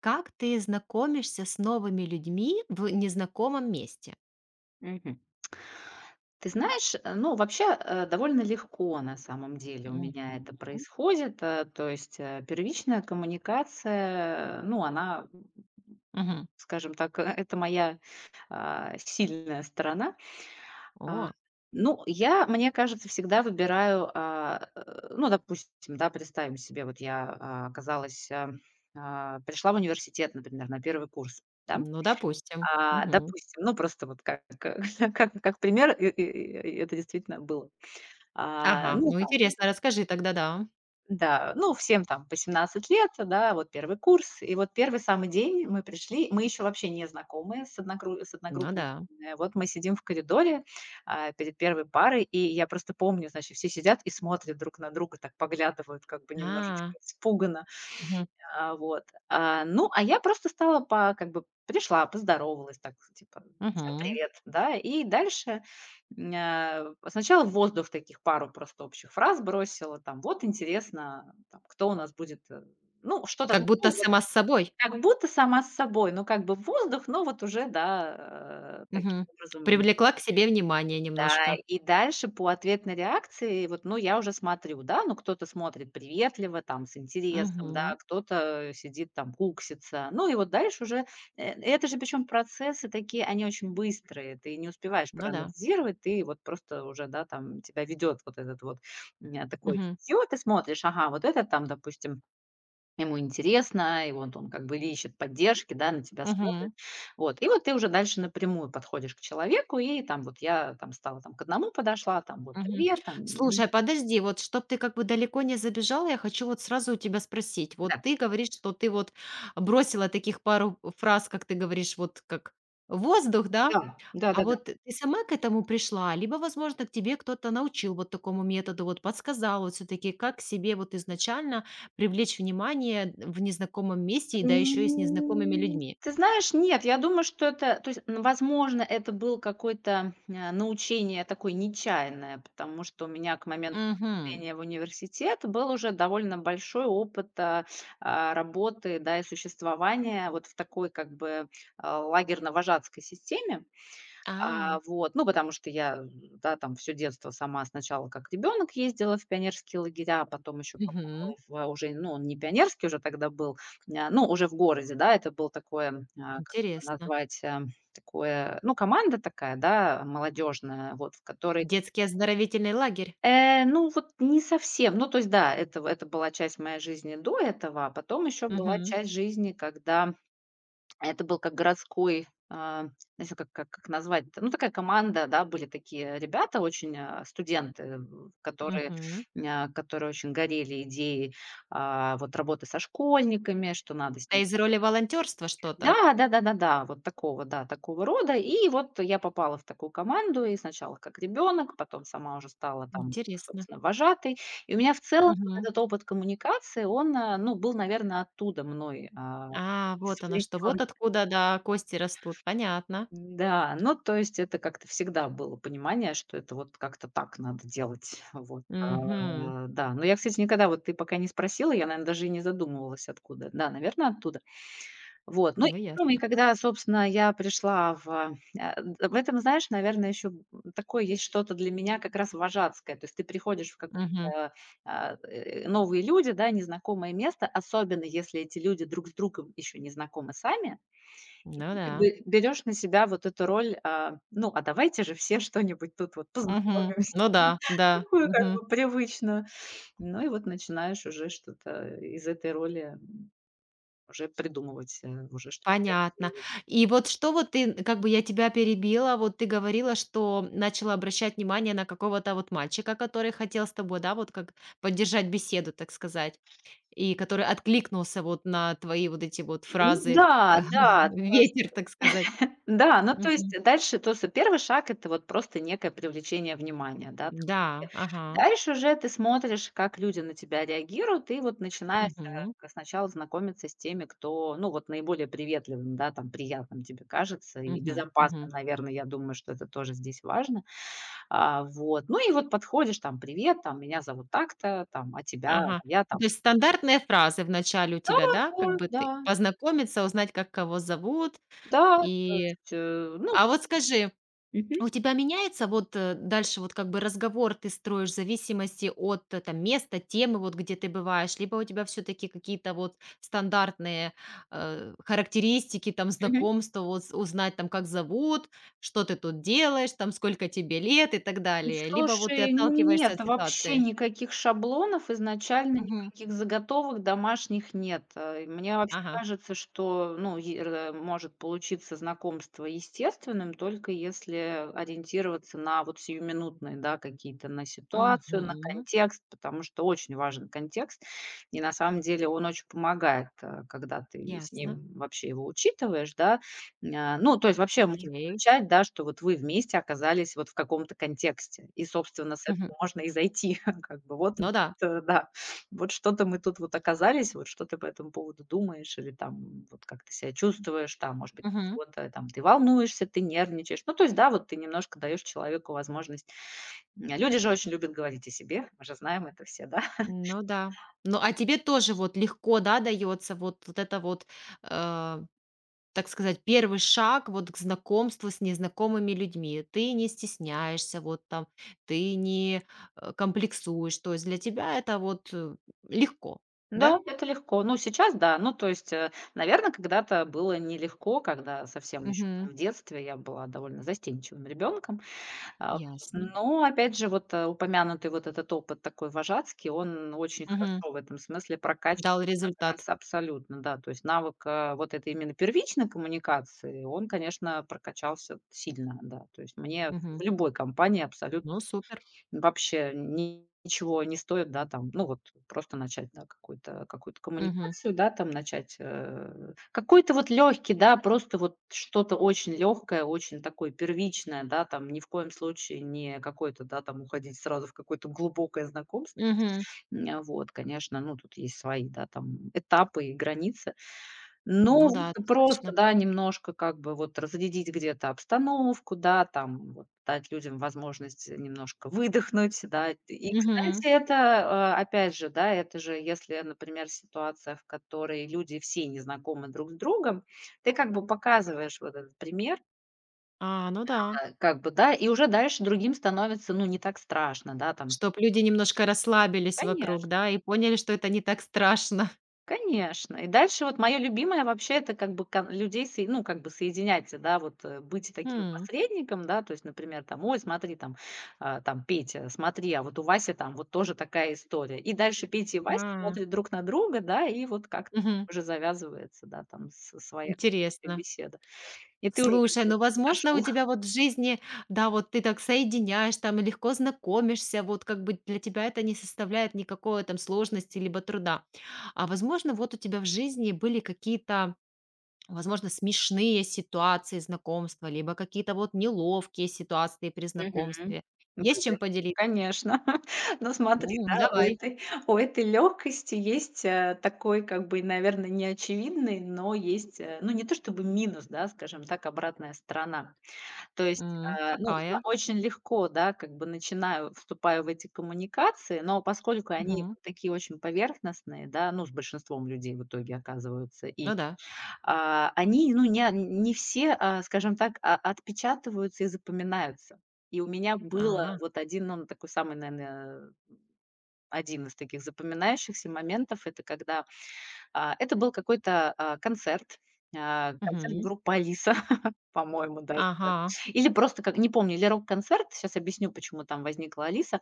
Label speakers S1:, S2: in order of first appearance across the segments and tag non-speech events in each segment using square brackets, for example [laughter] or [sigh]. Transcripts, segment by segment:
S1: Как ты знакомишься с новыми людьми в незнакомом месте?
S2: Мгм. Ты знаешь, ну, вообще, довольно легко на самом деле у
S1: Мгм.
S2: меня это происходит. То есть, первичная коммуникация, ну, она,
S1: Мгм.
S2: скажем так, [laughs] это моя, сильная сторона. А,
S1: О,
S2: ну, я, мне кажется, всегда выбираю, ну, допустим, да, представим себе, вот я, оказалась, пришла в университет, например, на первый курс, да.
S1: ну, допустим. Мгм.
S2: Допустим, ну, просто вот как [laughs] как пример, и это действительно было.
S1: Ага,
S2: Ну,
S1: ну,
S2: там,
S1: интересно, расскажи тогда, да.
S2: да, ну, всем там по 17 лет, да, вот первый курс. И вот первый самый день мы пришли, мы еще вообще не знакомы с
S1: Ну да.
S2: одногруппниками. Вот мы сидим в коридоре, перед первой парой, и я просто помню, значит, все сидят и смотрят друг на друга, так поглядывают как бы немножечко
S1: А,
S2: испуганно.
S1: мгм,
S2: Ну, а я просто стала по как бы пришла, поздоровалась так, типа: "Всем
S1: мгм.
S2: привет", да. И дальше, сначала в воздух таких пару просто общих фраз бросила, там: "Вот интересно, там, кто у нас будет", ну, что-то
S1: Как
S2: такое
S1: будто
S2: вот,
S1: сама с собой.
S2: как будто сама с собой, ну, как бы в воздух, но вот уже, да, таким
S1: Мгм.
S2: образом
S1: Привлекла к себе внимание
S2: да,
S1: немножко.
S2: и дальше по ответной реакции вот, ну, я уже смотрю, да, ну, кто-то смотрит приветливо, там, с интересом, да,
S1: Мгм.
S2: кто-то сидит там, куксится. Ну, и вот дальше уже, это же причем процессы такие, они очень быстрые, ты не успеваешь
S1: Ну да.
S2: проанализировать, ты вот просто уже, да, там, тебя ведет вот этот вот, такой,
S1: Мгм.
S2: сетью, ты смотришь, ага, вот этот там, допустим, ему интересно, и вот он как бы или ищет поддержки, да, на тебя смотрит.
S1: Мгм.
S2: Вот, и вот ты уже дальше напрямую подходишь к человеку, и там вот я там стала там к одному подошла, там вот:
S1: Мгм.
S2: "Привет, там". Ми-
S1: Слушай, а подожди, вот чтоб ты как бы далеко не забежала, я хочу вот сразу у тебя спросить. Вот
S2: Да,
S1: ты говоришь, что ты вот бросила таких пару фраз, как ты говоришь, вот как воздух, да?
S2: да,
S1: А
S2: да-да-да.
S1: вот ты сама к этому пришла, либо, возможно, к тебе кто-то научил вот такому методу, вот подсказал вот все-таки, как себе вот изначально привлечь внимание в незнакомом месте, и да еще и с незнакомыми людьми.
S2: Ты знаешь, нет, я думаю, что это то есть, н возможно, это был какой-то, научение такое нечаянное, потому что у меня к моменту
S1: Мгм.
S2: поступления в университет был уже довольно большой опыт, работы, да, и существования вот в такой как бы, лагерно-вожатской системе.
S1: А,
S2: Вот, ну, потому что я, да, там все детство сама сначала как ребенок ездила в пионерские лагеря, а потом еще
S1: мгм.
S2: попала в, уже, ну, он не пионерский уже тогда был, ну, уже в городе, да, это был такое, как это
S1: Интересно.
S2: назвать, такое, ну, команда такая, да, молодежная вот, в которой,
S1: Детский оздоровительный лагерь.
S2: ну, вот не совсем, ну, то есть, да, это в это была часть моей жизни до этого, а потом еще была
S1: Мгм.
S2: часть жизни, когда это был как городской, не знаю, как назвать ну, такая команда, да, были такие ребята очень, студенты, которые,
S1: Мгм.
S2: которые очень горели идеей, вот работы со школьниками, что надо с
S1: Это
S2: ними
S1: из роли волонтерства что-то?
S2: Да, да-да-да-да, вот такого, да, такого рода. И вот я попала в такую команду, и сначала как ребенок, потом сама уже стала там,
S1: Интересно.
S2: собственно, вожатой. И у меня в целом вот
S1: Мгм.
S2: этот опыт коммуникации, он, ну, был, наверное, оттуда мной,
S1: А, вот оно что.
S2: извлечен.
S1: Вот откуда, да, кости растут. Понятно.
S2: Да ну, то есть это как-то всегда было понимание, что это вот как-то так надо делать. Вот,
S1: Мгм.
S2: да. Но я, кстати, никогда, вот ты пока не спросила, я, наверное даже и не задумывалась, откуда. Да, наверное оттуда. Вот, ну, и
S1: Ну,
S2: потом, и
S1: ясно.
S2: когда, собственно, я пришла в, в этом, знаешь, наверное, еще, такое есть что-то для меня как раз вожатское. То есть ты приходишь в
S1: Мгм.
S2: какое-то, а, э, новые люди, да, незнакомое место, особенно если эти люди друг с другом еще не знакомы сами. И
S1: Ну
S2: ты как
S1: да.
S2: бы берёшь на себя вот эту роль, ну, а давайте же все что-нибудь тут вот
S1: Мгм.
S2: познакомимся,
S1: Ну да,
S2: [laughs]
S1: да.
S2: такую
S1: Мгм.
S2: как бы привычную. Ну и вот начинаешь уже что-то из этой роли уже придумывать, уже что-то
S1: Понятно.
S2: реализовывать.
S1: И вот что вот ты, как бы я тебя перебила, вот ты говорила, что начала обращать внимание на какого-то вот мальчика, который хотел с тобой, да, вот как поддержать беседу, так сказать. И который откликнулся вот на твои вот эти вот
S2: Ну
S1: фразы,
S2: да,
S1: э,
S2: да,
S1: [laughs] ветер, так сказать.
S2: да, ну, то есть
S1: Мгм.
S2: дальше то что первый шаг — это вот просто некое привлечение внимания, да, там.
S1: Да, ага.
S2: Дальше уже ты смотришь, как люди на тебя реагируют, и вот начинаешь,
S1: Мгм.
S2: сначала знакомиться с теми, кто, ну, вот наиболее приветливым, да, там, приятным тебе кажется и
S1: Мгм.
S2: безопасным,
S1: Мгм.
S2: наверное, я думаю, что это тоже здесь важно. Вот, ну, и вот подходишь, там: "Привет, там, меня зовут так-то, там, а тебя?" "А
S1: Ага.
S2: я
S1: Ну,
S2: там"
S1: то есть стандартные фразы в начале у
S2: Да,
S1: тебя,
S2: да,
S1: да? Как бы
S2: да,
S1: ты познакомиться, узнать, как кого зовут.
S2: да, то
S1: И,
S2: есть, ну
S1: а вот скажи.
S2: мгм,
S1: У тебя меняется вот дальше вот как бы разговор ты строишь в зависимости от там места, темы, вот где ты бываешь, либо у тебя все-таки какие-то вот стандартные характеристики, там
S2: мгм.
S1: знакомства, вот с- узнать там как зовут, что ты тут делаешь, там сколько тебе лет и так далее, либо вот ты
S2: Слушай, нет,
S1: отталкиваешься от
S2: вообще
S1: ситуации.
S2: никаких шаблонов изначально,
S1: Мгм.
S2: никаких заготовок домашних нет. Мне вообще
S1: Ага.
S2: кажется, что ну, может получиться знакомство естественным, только если ориентироваться на вот сиюминутные да, какие-то, на ситуацию, на
S1: Мгм.
S2: контекст, потому что очень важен контекст, и на самом деле он очень помогает, когда ты с
S1: Ясно.
S2: ним вообще его учитываешь, да. Ну, то есть вообще
S1: Окей.
S2: Чать, да, что вот вы вместе оказались вот в каком-то контексте. И, собственно, с
S1: Мгм.
S2: этого можно и зайти. [laughs] Как бы вот,
S1: Ну да.
S2: это да, вот что-то мы тут вот оказались, вот что ты по этому поводу думаешь или там вот как ты себя чувствуешь, там, может быть, ты чего-то там ты волнуешься, ты нервничаешь. Ну, то есть, да, вот ты немножко даешь человеку возможность. А люди же очень любят говорить о себе, мы же знаем это все, да. [laughs]
S1: Ну да. Ну, а тебе тоже вот легко, да, дается вот вот это вот, э, так сказать, первый шаг вот к знакомству с незнакомыми людьми. Ты не стесняешься, вот там, ты не, комплексуешь. То есть для тебя это вот, легко, да?
S2: Да, это легко. Ну, сейчас да. Ну, то есть, наверное, когда-то было нелегко, когда совсем еще
S1: Мгм.
S2: в детстве я была довольно застенчивым ребенком. А,
S1: Ясно.
S2: но опять же, вот, упомянутый вот этот опыт такой вожатский, он очень
S1: Мгм.
S2: хорошо в этом смысле прокачивает
S1: Дал
S2: как
S1: результат.
S2: раз абсолютно, да. То есть навык, вот этой именно первичной коммуникации, он, конечно, прокачался сильно, да. То есть мне
S1: Мгм.
S2: в любой компании абсолютно
S1: Ну, супер.
S2: вообще ни ничего не стоит, да, там, ну, вот просто начать, да, какую-то
S1: Мгм.
S2: коммуникацию, да, там начать, какой-то вот лёгкий, да, просто вот что-то очень легкое, очень такое первичное, да, там ни в коем случае не какое-то, да, там уходить сразу в какое-то глубокое знакомство.
S1: Мгм.
S2: А вот, конечно, ну, тут есть свои, да, там этапы и границы. Ну,
S1: Ну да,
S2: вот просто,
S1: однозначно.
S2: да, немножко как бы вот разрядить где-то обстановку, да, там вот дать людям возможность немножко выдохнуть, да. И,
S1: Мгм.
S2: кстати, это, опять же, да, это же если, например, ситуация, в которой люди все не знакомы друг с другом, ты как бы показываешь вот этот пример,
S1: А, ну да.
S2: как бы, да, и уже дальше другим становится, ну, не так страшно, да, там.
S1: Чтоб люди немножко расслабились вокруг,
S2: Конечно.
S1: да, и поняли, что это не так страшно.
S2: Конечно. И дальше вот мое любимое вообще — это как бы кон людей сои ну, как бы соединять, да, вот, быть таким
S1: Хм.
S2: посредником, да. То есть, например, там: "Ой, смотри, там, там, Петя, смотри, а вот у Васи там вот тоже такая история". И дальше Петя и Вася
S1: А,
S2: смотрят друг на друга, да, и вот как-то
S1: мгм.
S2: уже завязывается, да, там с своя
S1: Интересно.
S2: беседа. И ты уже как
S1: Слушай,
S2: бы
S1: ну, возможно, у тебя вот в жизни, да, вот ты так соединяешь там и легко знакомишься, вот как бы для тебя это не составляет никакой там сложности либо труда. А возможно, вот у тебя в жизни были какие-то, возможно, смешные ситуации знакомства, либо какие-то вот неловкие ситуации при
S2: Мгм.
S1: знакомстве.
S2: Ну,
S1: Есть
S2: конечно.
S1: чем поделиться?
S2: Конечно. [laughs] Но смотри,
S1: Ну,
S2: да,
S1: давай.
S2: у этой легкости есть, такой, как бы, наверное неочевидный, но есть, ну, не то чтобы минус, да, скажем так, обратная сторона. То есть,
S1: М,
S2: ну, я
S1: какая?
S2: очень легко, да, как бы начинаю, вступаю в эти коммуникации, но поскольку они
S1: Мгм.
S2: такие очень поверхностные, да, ну, с большинством людей в итоге оказываются, и
S1: Ну да.
S2: они, ну, не все, скажем так, отпечатываются и запоминаются. И у меня было
S1: А,
S2: вот один, ну такой самый, наверное, один из таких запоминающихся моментов. Это когда, это был какой-то, концерт, концерт
S1: мгм.
S2: группы "Алиса", [laughs] по-моему, даже
S1: Ага,
S2: Или просто как не помню, или рок-концерт, сейчас объясню, почему там возникла "Алиса".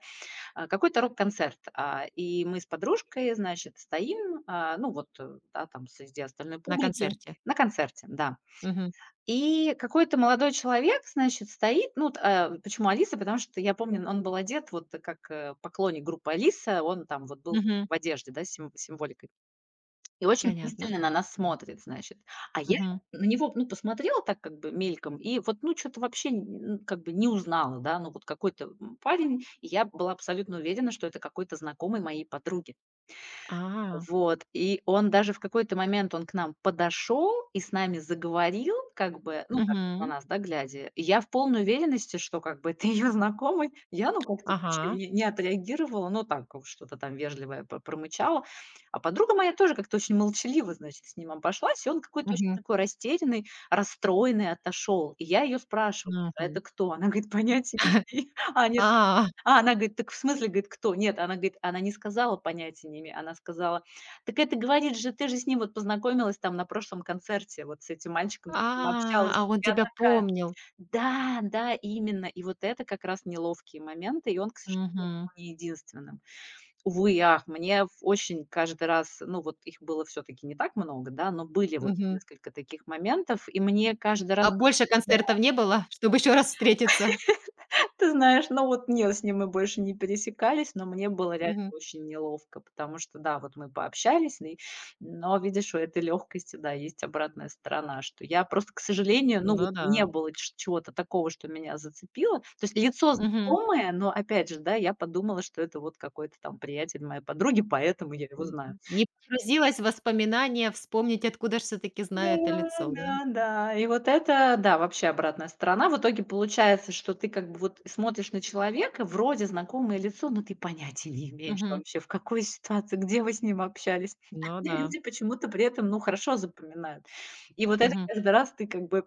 S2: Какой-то рок-концерт, и мы с подружкой, значит, стоим, ну, вот, да, там среди остальной
S1: на
S2: публики
S1: концерте.
S2: на концерте, да.
S1: Мгм.
S2: И какой-то молодой человек, значит, стоит. Ну, почему "Алиса"? Потому что я помню, он был одет вот как, поклонник группы "Алиса". Он там вот был
S1: Мгм.
S2: в одежде, да, с символикой. И очень
S1: Понятно.
S2: пристально на нас смотрит, значит. А я
S1: Мгм.
S2: на него, ну, посмотрела так как бы мельком и вот, ну, что то вообще как бы не узнала, да. Ну, вот какой-то, парень. И я была абсолютно уверена, что это какой-то знакомый моей подруги.
S1: А.
S2: Вот, и он даже в какой-то момент он к нам подошел и с нами заговорил, как бы, ну, так вот на
S1: Мгм.
S2: нас, да, глядя. И я в полной уверенности, что как бы [laughs] это ее знакомый. Я, ну, как-то вообще
S1: Ага.
S2: не отреагировала, ну, так вот что-то там вежливое п промычала. А подруга моя тоже как-то очень молчаливо, значит, с ним обошлась, и он какой-то очень
S1: Мгм.
S2: такой растерянный, расстроенный отошел. И я ее спрашиваю: "А
S1: Мгм.
S2: это кто?" Она говорит: "Понятия не
S1: [laughs]
S2: имею". [laughs] А они
S1: А,
S2: а она говорит: "Так в смысле, говорит, кто?" Нет, она говорит, она не сказала: "Понятия не имею". Она сказала: "Так это, говорит же, ты же с ним вот познакомилась там на прошлом концерте, вот с этим мальчиком, ты
S1: а,
S2: с ним общалась".
S1: а, он
S2: Я
S1: тебя помнил.
S2: да, да, именно. И вот это как раз неловкие моменты, и он, к сожалению,
S1: Мгм.
S2: был не единственным. Увы и ах, мне в очень каждый раз, ну, вот их было все таки не так много, да, но были вот
S1: Мгм.
S2: несколько таких моментов, и мне каждый раз.
S1: А больше концертов не было, [laughs] чтобы еще раз встретиться?
S2: [laughs] Ты знаешь, ну вот не, с ним мы больше не пересекались, но мне было реально
S1: Мгм.
S2: очень неловко, потому что, да, вот мы пообщались, и но, видишь, у этой легкости, да, есть обратная сторона, что я просто, к сожалению, ну вот
S1: Ну да.
S2: не было ч чего-то такого, что меня зацепило. То есть лицо
S1: Мгм.
S2: знакомое, но опять же, да, я подумала, что это вот какой-то там приятель моей подруги, поэтому я его
S1: м
S2: знаю.
S1: Не погрузилась в воспоминания, вспомнить, откуда ж все-таки знаю это
S2: Да,
S1: лицо, да?
S2: да, да. И вот это, да, вообще обратная сторона. В итоге получается, что ты как бы вот смотришь на человека, вроде знакомое лицо, но ты понятия не имеешь
S1: Мгм.
S2: вообще, в какой ситуации, где вы с ним общались. [laughs] А
S1: Ну да.
S2: люди почему-то при этом, ну, хорошо запоминают. И вот это
S1: Мгм.
S2: каждый раз ты как бы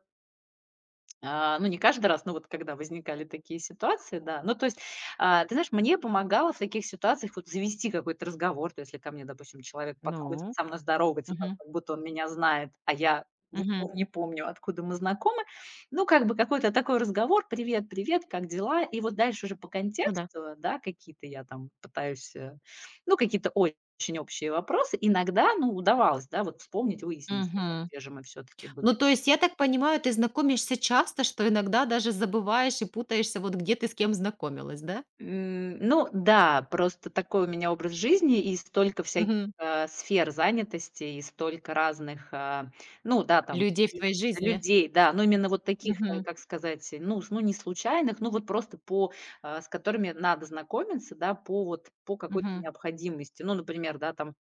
S2: ну, не каждый раз, но вот когда возникали такие ситуации, да. Ну, то есть, ты знаешь, мне помогало в таких ситуациях вот завести какой-то разговор. То есть, если ко мне, допустим, человек подходит,
S1: Ну.
S2: со мной здоровается, так,
S1: Мгм.
S2: как будто он меня знает, а я
S1: Мгм.
S2: не помню, откуда мы знакомы. Ну, как бы какой-то такой разговор, привет, привет, как дела? И вот дальше уже по
S1: Ну да.
S2: контексту, да, какие-то я там пытаюсь, ну, какие-то очень общие вопросы. Иногда, ну, удавалось, да, вот вспомнить, выяснить,
S1: Мгм.
S2: где же мы все-таки
S1: Ну,
S2: были.
S1: то есть, я так понимаю, ты знакомишься часто, что иногда даже забываешь и путаешься, вот где ты с кем знакомилась, да?
S2: М, ну да, просто такой у меня образ жизни и столько всяких,
S1: Мгм.
S2: сфер занятости, и столько разных, ну да, там
S1: Людей в
S2: лю
S1: твоей жизни.
S2: людей, да, но именно вот таких,
S1: Мгм.
S2: как сказать, ну, с ну, не случайных, ну, вот просто по с которыми надо знакомиться, да, по вот по какой-то
S1: Мгм.
S2: необходимости. Ну, например, да, там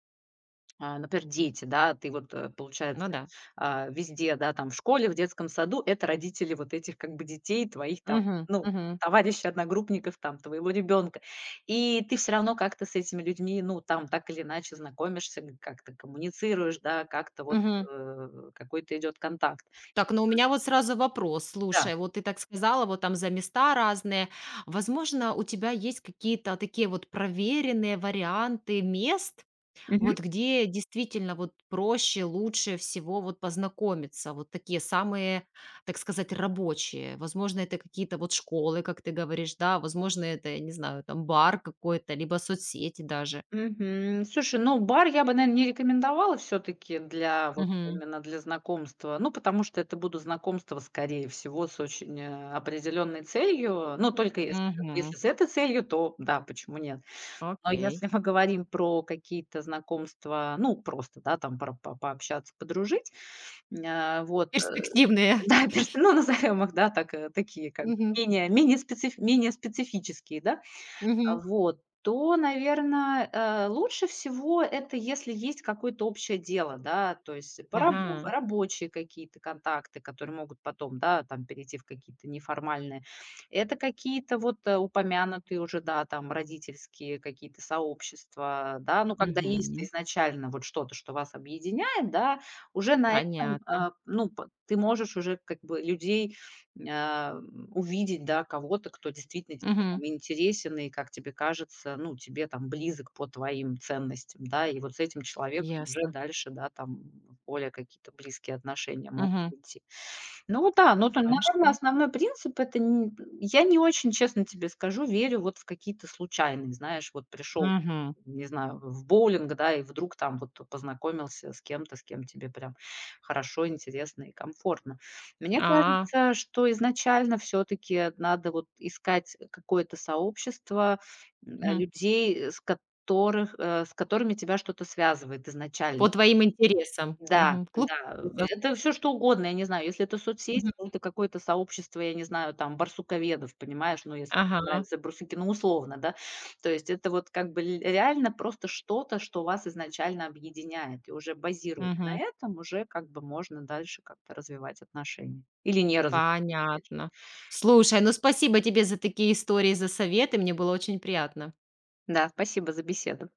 S2: например, дети, да, ты вот,
S1: Ну
S2: получается,
S1: да.
S2: везде, да, там в школе, в детском саду - это родители вот этих как бы детей, твоих там,
S1: Мгм.
S2: ну,
S1: Мгм.
S2: товарищей, одногруппников, там, твоего ребенка. И ты все равно как-то с этими людьми, ну, там так или иначе знакомишься, г как-то коммуницируешь, да, как-то вот,
S1: Мгм.
S2: какой-то идет контакт.
S1: Так, ну у меня вот сразу вопрос.
S2: Да.
S1: Слушай, вот ты так сказала, вот там за места разные. Возможно, у тебя есть какие-то такие вот проверенные варианты мест, вот где действительно вот проще, лучше всего вот познакомиться? Вот такие самые, так сказать, рабочие. Возможно, это какие-то вот школы, как ты говоришь, да, возможно, это, я не знаю, там бар какой-то, либо соцсети даже.
S2: Мгм. Слушай, ну, бар я бы, наверное, не рекомендовала все таки для вот
S1: Мгм.
S2: именно для знакомства. Ну, потому что это будут знакомства, скорее всего, с очень, определенной целью. Ну, только если как бы
S1: Мгм.
S2: если с этой целью, то да, почему нет? Но
S1: Окей.
S2: если мы говорим про какие-то знакомства, ну, просто, да, там про по пообщаться, подружить, вот, [laughs]
S1: Перспективные.
S2: да, перс ну, назовем их, да, так, такие как бы
S1: Мгм.
S2: менее специф менее специфические, да.
S1: Мгм.
S2: Вот, то, наверное, лучше всего это, если есть какое-то общее дело, да, то есть по
S1: Ага.
S2: рабочие какие-то контакты, которые могут потом, да, там перейти в какие-то неформальные. Это какие-то вот, упомянутые уже, да, там родительские какие-то сообщества, да. Ну, когда есть
S1: Мгм.
S2: изначально вот что-то, что вас объединяет, да, уже на этом,
S1: Понятно.
S2: ну, п ты можешь уже как бы людей, а, увидеть, да, кого-то, кто действительно тебе
S1: Мгм.
S2: там интересен и, как тебе кажется, ну, тебе там близок по твоим ценностям, да. И вот с этим человеком уже
S1: Ясно.
S2: дальше, да, там более какие-то близкие отношения могут
S1: Мгм.
S2: идти. Ну да, ну, то, наверное,
S1: Хорошо.
S2: основной принцип - это не я не очень, честно тебе скажу, верю вот в какие-то случайные, знаешь, вот пришел,
S1: Мгм.
S2: не знаю, в боулинг, да, и вдруг там вот познакомился с кем-то, с кем тебе прям хорошо, интересно и комфортно. Мне
S1: А.
S2: кажется, что изначально все таки надо вот искать какое-то сообщество,
S1: Мгм.
S2: людей, с которыми тебя что-то связывает изначально.
S1: По твоим интересам.
S2: Да,
S1: Мгм. Клуб
S2: да,
S1: интересов.
S2: это все что угодно, я не знаю, если это соцсети, ну, это какое-то сообщество, я не знаю, там, барсуковедов, понимаешь, ну, если тебе
S1: Ага,
S2: нравятся барсуки, ну, условно, да. То есть это вот как бы ль реально просто что-то, что вас изначально объединяет, и уже базируясь на
S1: мгм.
S2: этом, уже как бы можно дальше как-то развивать отношения или не развивать, опять же.
S1: Понятно. Слушай, ну спасибо тебе за такие истории, за советы. Мне было очень приятно.
S2: Да, спасибо за беседу.